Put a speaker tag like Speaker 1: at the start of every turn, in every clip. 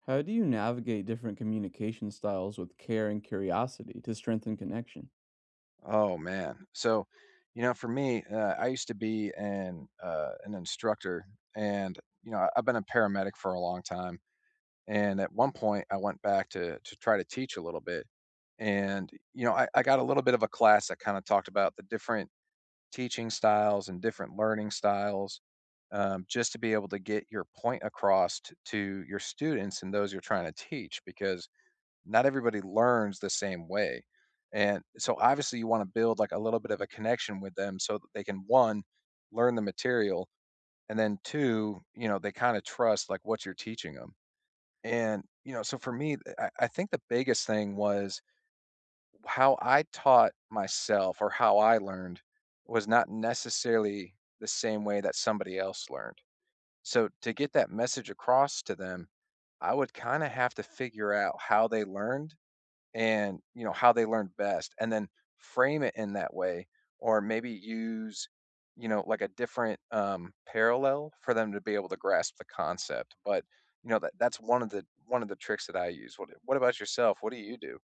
Speaker 1: How do you navigate different communication styles with care and curiosity to strengthen connection?
Speaker 2: Oh man. So, I used to be an instructor, and I've been a paramedic for a long time. And at one point, I went back to try to teach a little bit, and I got a little bit of a class that kind of talked about the different teaching styles and different learning styles, just to be able to get your point across to your students and those you're trying to teach, because not everybody learns the same way. And so obviously you want to build like a little bit of a connection with them so that they can one, learn the material, and then two, they kind of trust like what you're teaching them. And so for me, I think the biggest thing was how I taught myself or how I learned was not necessarily the same way that somebody else learned. So to get that message across to them, I would kind of have to figure out how they learned and how they learned best, and then frame it in that way, or maybe use like a different parallel for them to be able to grasp the concept. But that's one of the tricks that I use. What about yourself? What do you do?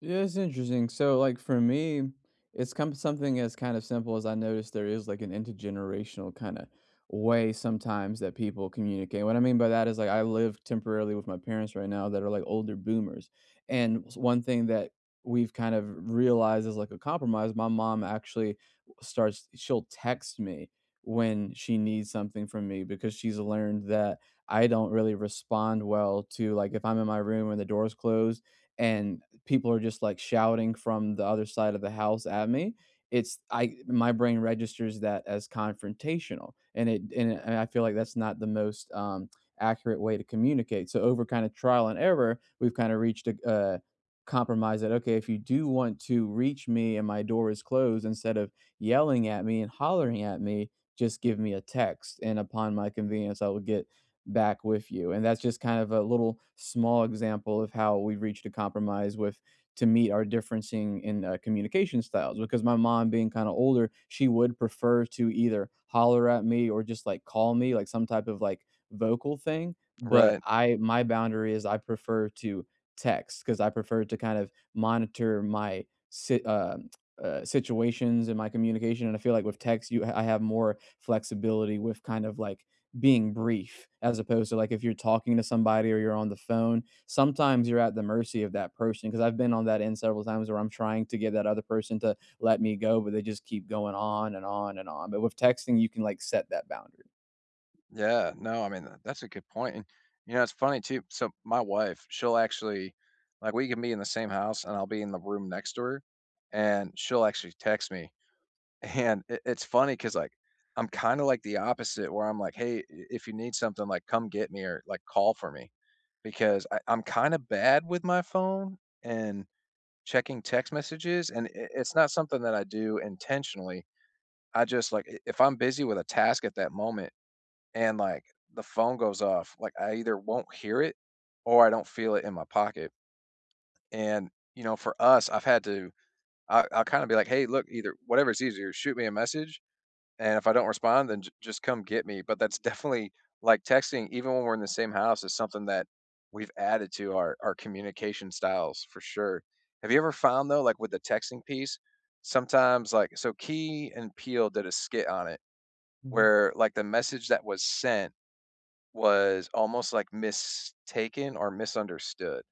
Speaker 1: Yeah, it's interesting. So, like for me, it's come something as kind of simple as I noticed there is like an intergenerational kind of way sometimes that people communicate. What I mean by that is like I live temporarily with my parents right now that are like older boomers, and one thing that we've realized is like a compromise. My mom actually starts; she'll text me when she needs something from me because she's learned that I don't really respond well to like if I'm in my room and the door's closed and people are just, like, shouting from the other side of the house at me, it's I my brain registers that as confrontational, and I feel like that's not the most, accurate way to communicate, so over kinda trial and error, we've kinda reached a, compromise that, "Okay, if you do want to reach me and my door is closed, instead of yelling at me and hollering at me, just give me a text, and upon my convenience, I will get back with you." And that's just kind of a little small example of how we reached a compromise with to meet our differencing in communication styles, because my mom being kind of older, she would prefer to either holler at me or just like call me like some type of like vocal thing, but
Speaker 2: Right.
Speaker 1: I my boundary is I prefer to text because I prefer to kind of monitor my si- uh, situations and my communication, and I feel like with text you I have more flexibility with kind of like being brief as opposed to like if you're talking to somebody or you're on the phone, sometimes you're at the mercy of that person because I've been on that end several times where I'm trying to get that other person to let me go, but they just keep going on and on and on. But with texting, you can like set that boundary.
Speaker 2: Yeah, no, I mean, that's a good point. And it's funny too, so my wife, she'll actually, like, we can be in the same house and I'll be in the room next to her, and she'll actually text me. And it's funny because, like, I'm kinda like the opposite where I'm like, "Hey, I if you need something, like, come get me or, like, call for me." Because I'm kinda bad with my phone and checking text messages, and I it's not something that I do intentionally. I just, like, I if I'm busy with a task at that moment and, like, the phone goes off, like, I either won't hear it or I don't feel it in my pocket. And, for us, I've had to I'll kinda be like, "Hey, look, either whatever's easier, shoot me a message, and if I don't respond, then j just come get me," but that's definitely, like, texting, even when we're in the same house, is something that we've added to our communication styles for sure. Have you ever found, though, like, with the texting piece, sometimes, like, so Key and Peele did a skit on it
Speaker 1: Mhm.
Speaker 2: where, like, the message that was sent was almost, like, mistaken or misunderstood.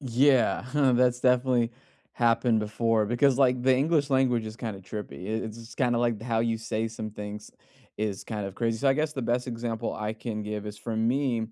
Speaker 1: Yeah, that's definitely happened before because like the English language is kind of trippy. It's kind of like how you say some things is kind of crazy. So I guess the best example I can give is for me,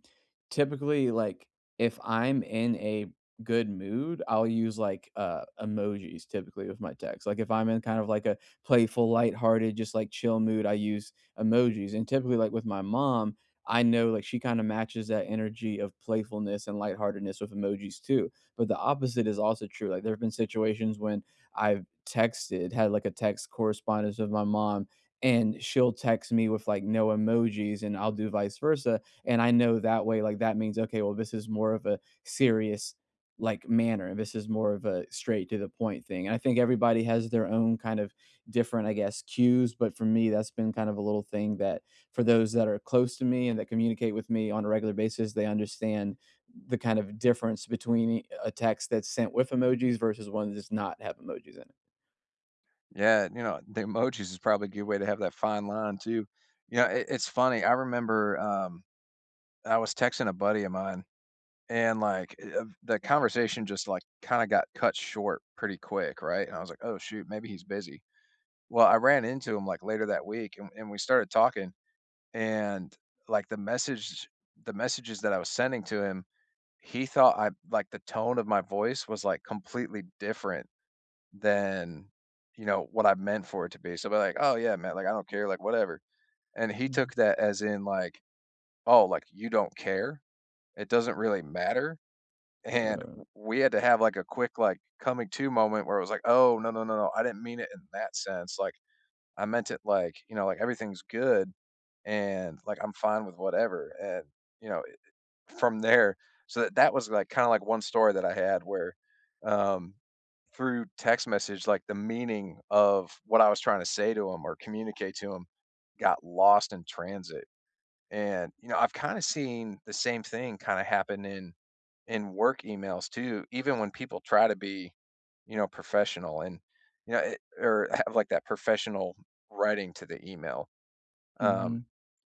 Speaker 1: typically like if I'm in a good mood, I'll use like emojis typically with my text. Like if I'm in kind of like a playful, lighthearted, just like chill mood, I use emojis. And typically like with my mom, I know like she kind of matches that energy of playfulness and lightheartedness with emojis too. But the opposite is also true. Like there have been situations when I've texted, had like a text correspondence with my mom, and she'll text me with like no emojis, and I'll do vice versa. And I know that way, like that means, okay, well, this is more of a serious like manner and this is more of a straight to the point thing, and I think everybody has their own kind of different, I guess, cues, but for me that's been kind of a little thing that for those that are close to me and that communicate with me on a regular basis, they understand the kind of difference between a text that's sent with emojis versus one that does not have emojis in it.
Speaker 2: Yeah, you know, the emojis is probably a good way to have that fine line too. You know, it's funny, I remember, I was texting a buddy of mine. And, like, the conversation just, like, kinda got cut short pretty quick, right? And I was like, "Oh, shoot, maybe he's busy." Well, I ran into him, like, later that week, and we started talking, and, like, the messages that I was sending to him, he thought I, like, the tone of my voice was, like, completely different than, what I meant for it to be. So I'll be like, "Oh, yeah, man, like, I don't care, like, whatever." And he
Speaker 1: Mhm.
Speaker 2: took that as in, like, "Oh, like, you don't care? It doesn't really matter?" And
Speaker 1: Uh,
Speaker 2: we had to have, like, a quick, like, coming to moment where it was like, "Oh, no, no, no, no, I didn't mean it in that sense, like, I meant it like, you know, like, everything's good, and, like, I'm fine with whatever," and, you know, it from there. So that was, like, kinda like one story that I had where, um, through text message, like, the meaning of what I was trying to say to him or communicate to him got lost in transit. And, you know, I've kinda seen the same thing kinda happen in work emails too, even when people try to be, you know, professional and, or have like that professional writing to the email. Um,
Speaker 1: mhm.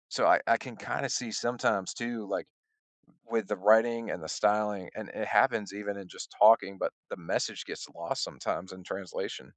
Speaker 2: so I can kind of see sometimes too, like with the writing and the styling, and it happens even in just talking, but the message gets lost sometimes in translation.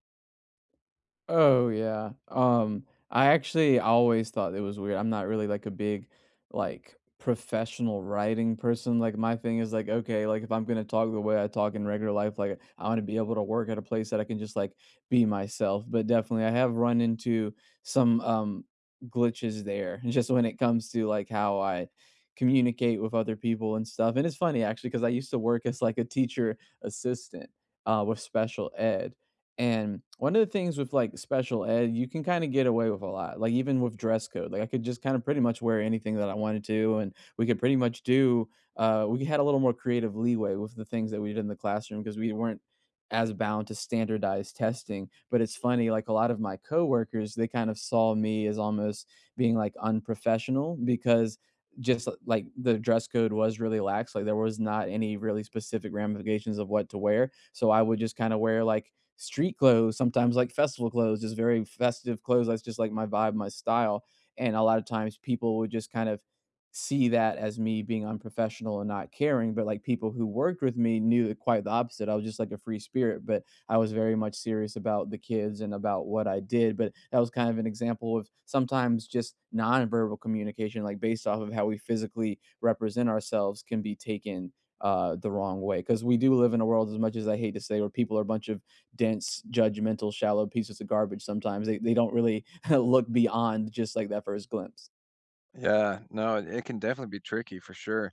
Speaker 1: Oh, yeah. I actually always thought it was weird. I'm not really like a big, like, professional writing person. Like, my thing is like, okay, like if I'm gonna talk the way I talk in regular life, like I want to be able to work at a place that I can just like be myself. But definitely, I have run into some glitches there, just when it comes to like how I communicate with other people and stuff. And it's funny actually because I used to work as like a teacher assistant with special ed, and one of the things with like special ed, you can kind of get away with a lot. Like even with dress code, like I could just kind of pretty much wear anything that I wanted to, and we could pretty much do. We had a little more creative leeway with the things that we did in the classroom because we weren't as bound to standardized testing. But it's funny, like a lot of my coworkers, they kind of saw me as almost being like unprofessional because just like the dress code was really lax, like there was not any really specific ramifications of what to wear, so I would just kind of wear like street clothes, sometimes like festival clothes, just very festive clothes. That's just like my vibe, my style. And a lot of times people would just kind of see that as me being unprofessional and not caring. But like people who worked with me knew it quite the opposite. I was just like a free spirit, but I was very much serious about the kids and about what I did. But that was kind of an example of sometimes just nonverbal communication, like based off of how we physically represent ourselves, can be taken the wrong way. Because we do live in a world, as much as I hate to say, where people are a bunch of dense, judgmental, shallow pieces of garbage sometimes. They don't really look beyond just like that first glimpse.
Speaker 2: Yeah, no, it can definitely be tricky for sure.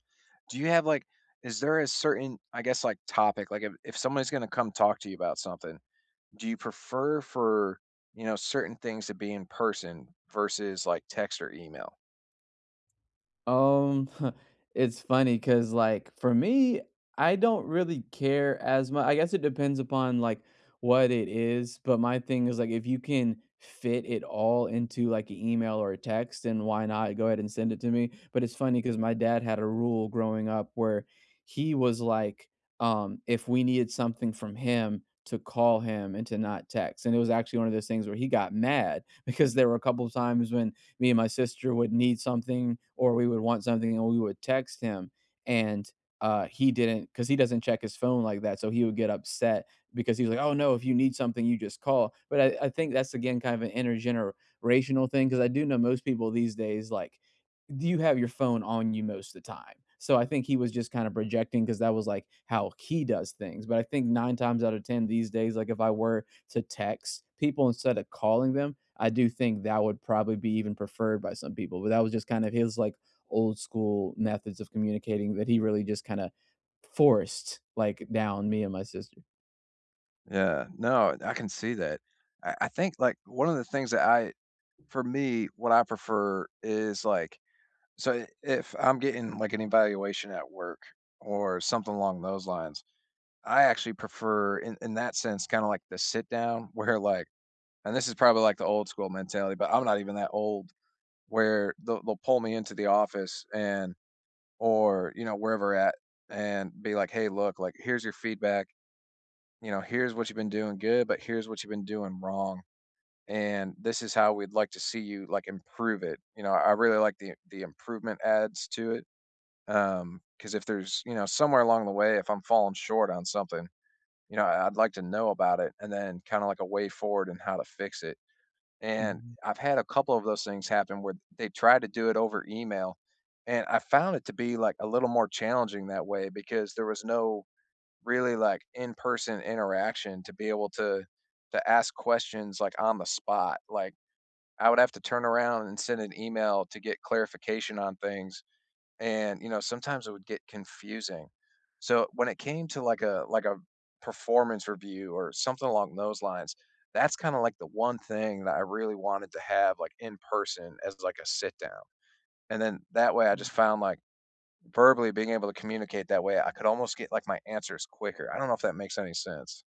Speaker 2: Do you have like, is there a certain, I guess, like topic? Like, if somebody's going to come talk to you about something, do you prefer for, you know, certain things to be in person versus like text or email?
Speaker 1: Um, it's funny because, like, for me, I don't really care as much. I guess it depends upon, like, what it is, but my thing is, like, if you can fit it all into, like, an email or a text, then why not go ahead and send it to me? But it's funny because my dad had a rule growing up where he was like, if we needed something from him, to call him and to not text, and it was actually one of those things where he got mad because there were a couple of times when me and my sister would need something or we would want something and we would text him, and he didn't because he doesn't check his phone like that, so he would get upset because he was like, oh no, if you need something you just call. But I think that's again kind of an intergenerational thing because I do know most people these days like do you have your phone on you most of the time, so I think he was just kind of projecting because that was like how he does things, but I think nine times out of ten these days, like if I were to text people instead of calling them, I do think that would probably be even preferred by some people. But that was just kind of his like old school methods of communicating that he really just kind of forced like down me and my sister.
Speaker 2: Yeah, no, I can see that. I think like one of the things that I, for me, what I prefer is like, so if I'm getting like an evaluation at work or something along those lines, I actually prefer in that sense, kind of like the sit down where like, and this is probably like the old school mentality, but I'm not even that old, where they'll pull me into the office, and or you know wherever at, and be like, "Hey, look, like, here's your feedback. You know, here's what you've been doing good, but here's what you've been doing wrong, and this is how we'd like to see you like improve it." You know, I really like the improvement adds to it. Because if there's, you know, somewhere along the way, if I'm falling short on something, you know, I'd like to know about it, and then kind of like a way forward and how to fix it. And
Speaker 1: Mhm.
Speaker 2: I've had a couple of those things happen where they tried to do it over email, and I found it to be, like, a little more challenging that way because there was no really, like, in-person interaction to be able to ask questions, like, on the spot. Like, I would have to turn around and send an email to get clarification on things, and you know, sometimes it would get confusing. So when it came to like a performance review or something along those lines, that's kind of like the one thing that I really wanted to have like in person as like a sit down. And then, that way, I just found like verbally being able to communicate that way, I could almost get like my answers quicker. I don't know if that makes any sense.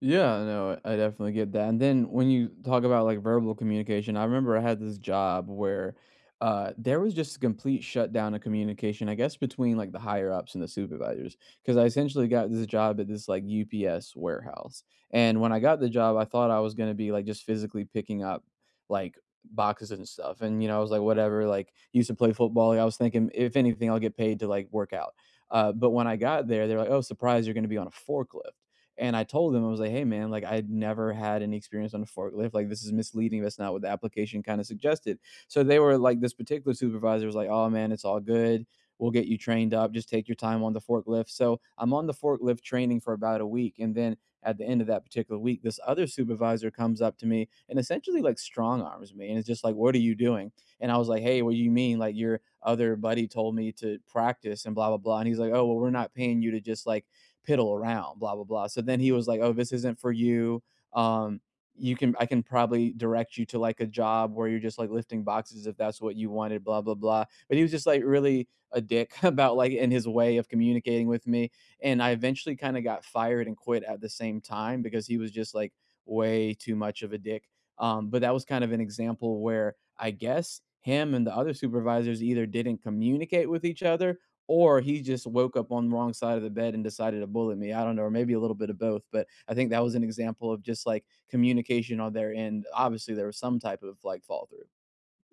Speaker 1: Yeah, no, I definitely get that. And then when you talk about like verbal communication, I remember I had this job where there was just a complete shutdown of communication, I guess, between like the higher ups and the supervisors. Because I essentially got this job at this like UPS warehouse. And when I got the job, I thought I was going to be like just physically picking up like boxes and stuff. And, you know, I was like, whatever, like used to play football. Like, I was thinking, if anything, I'll get paid to like work out. But when I got there, they're like, oh, surprise, you're going to be on a forklift. And I told them I was like, "Hey, man, like I'd never had any experience on a forklift. Like this is misleading. That's not what the application kind of suggested." So they were like, this particular supervisor was like, "Oh man, it's all good. We'll get you trained up. Just take your time on the forklift." So I'm on the forklift training for about a week, and then at the end of that particular week, this other supervisor comes up to me and essentially like strong arms me, and it's just like, "What are you doing?" And I was like, "Hey, what do you mean? Like your other buddy told me to practice and blah blah blah." And he's like, "Oh well, we're not paying you to just like piddle around, blah, blah, blah." So then he was like, oh, this isn't for you. Um, you can, I can probably direct you to like a job where you're just like lifting boxes if that's what you wanted, blah, blah, blah. But he was just like really a dick about like in his way of communicating with me. And I eventually kind of got fired and quit at the same time because he was just like way too much of a dick. But that was kind of an example where I guess him and the other supervisors either didn't communicate with each other, or he just woke up on the wrong side of the bed and decided to bullet me. I don't know, or maybe a little bit of both. But I think that was an example of just like communication on their end. Obviously, there was some type of like fall through.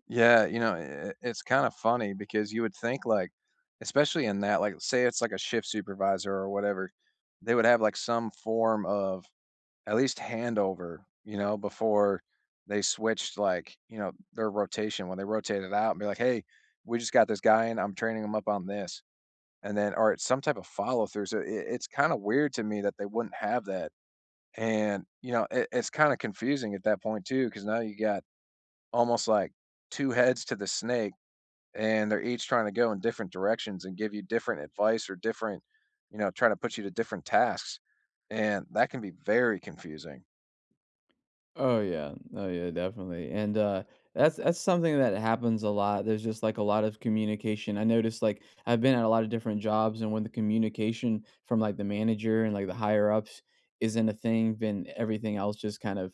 Speaker 2: Yeah, you know, I it's kind of funny because you would think like, especially in that, like, say it's like a shift supervisor or whatever, they would have like some form of at least handover, you know, before they switched, like, you know, their rotation when they rotated out, and be like, "Hey, we just got this guy in. I'm training him up on this." And then, or it's some type of follow through. So it's kind of weird to me that they wouldn't have that. And, you know, it's kind of confusing at that point too, because now you got almost like two heads to the snake, and they're each trying to go in different directions and give you different advice or different, you know, trying to put you to different tasks. And that can be very confusing.
Speaker 1: Oh yeah. Oh yeah, definitely. And that's something that happens a lot. There's just like a lot of communication. I noticed like I've been at a lot of different jobs, and when the communication from like the manager and like the higher ups isn't a thing, then everything else just kind of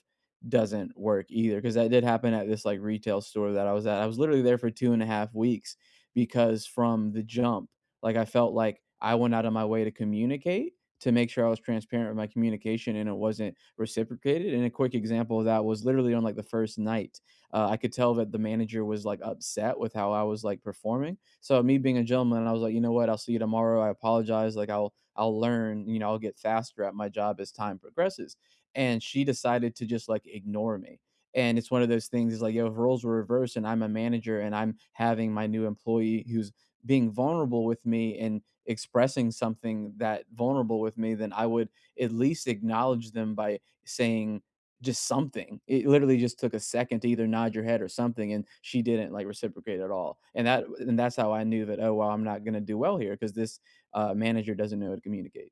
Speaker 1: doesn't work either. Cause that did happen at this like retail store that I was at. I was literally there for two and a half weeks because from the jump, like I felt like I went out of my way to communicate to make sure I was transparent with my communication and it wasn't reciprocated. And a quick example of that was literally on like the first night. I could tell that the manager was like upset with how I was like performing. So me being a gentleman, I was like, you know what? I'll see you tomorrow. I apologize. Like I'll learn. You know, I'll get faster at my job as time progresses. And she decided to just like ignore me. And it's one of those things. Is like, yo, if roles were reversed, and I'm a manager, and I'm having my new employee who's being vulnerable with me and expressing something that vulnerable with me, then I would at least acknowledge them by saying just something. It literally just took a second to either nod your head or something, and she didn't like reciprocate at all. And that's how I knew that oh well, I'm not gonna do well here because this manager doesn't know how to communicate.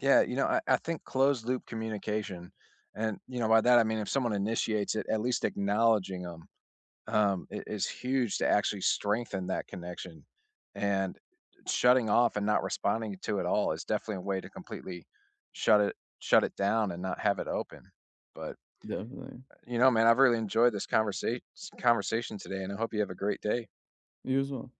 Speaker 2: Yeah, you know, I think closed loop communication, and you know, by that I mean if someone initiates it, at least acknowledging them, is huge to actually strengthen that connection. And shutting off and not responding to it all is definitely a way to completely shut it down and not have it open. But
Speaker 1: Definitely,
Speaker 2: you know, man, I've really enjoyed this conversation today, and I hope you have a great day.
Speaker 1: you as well.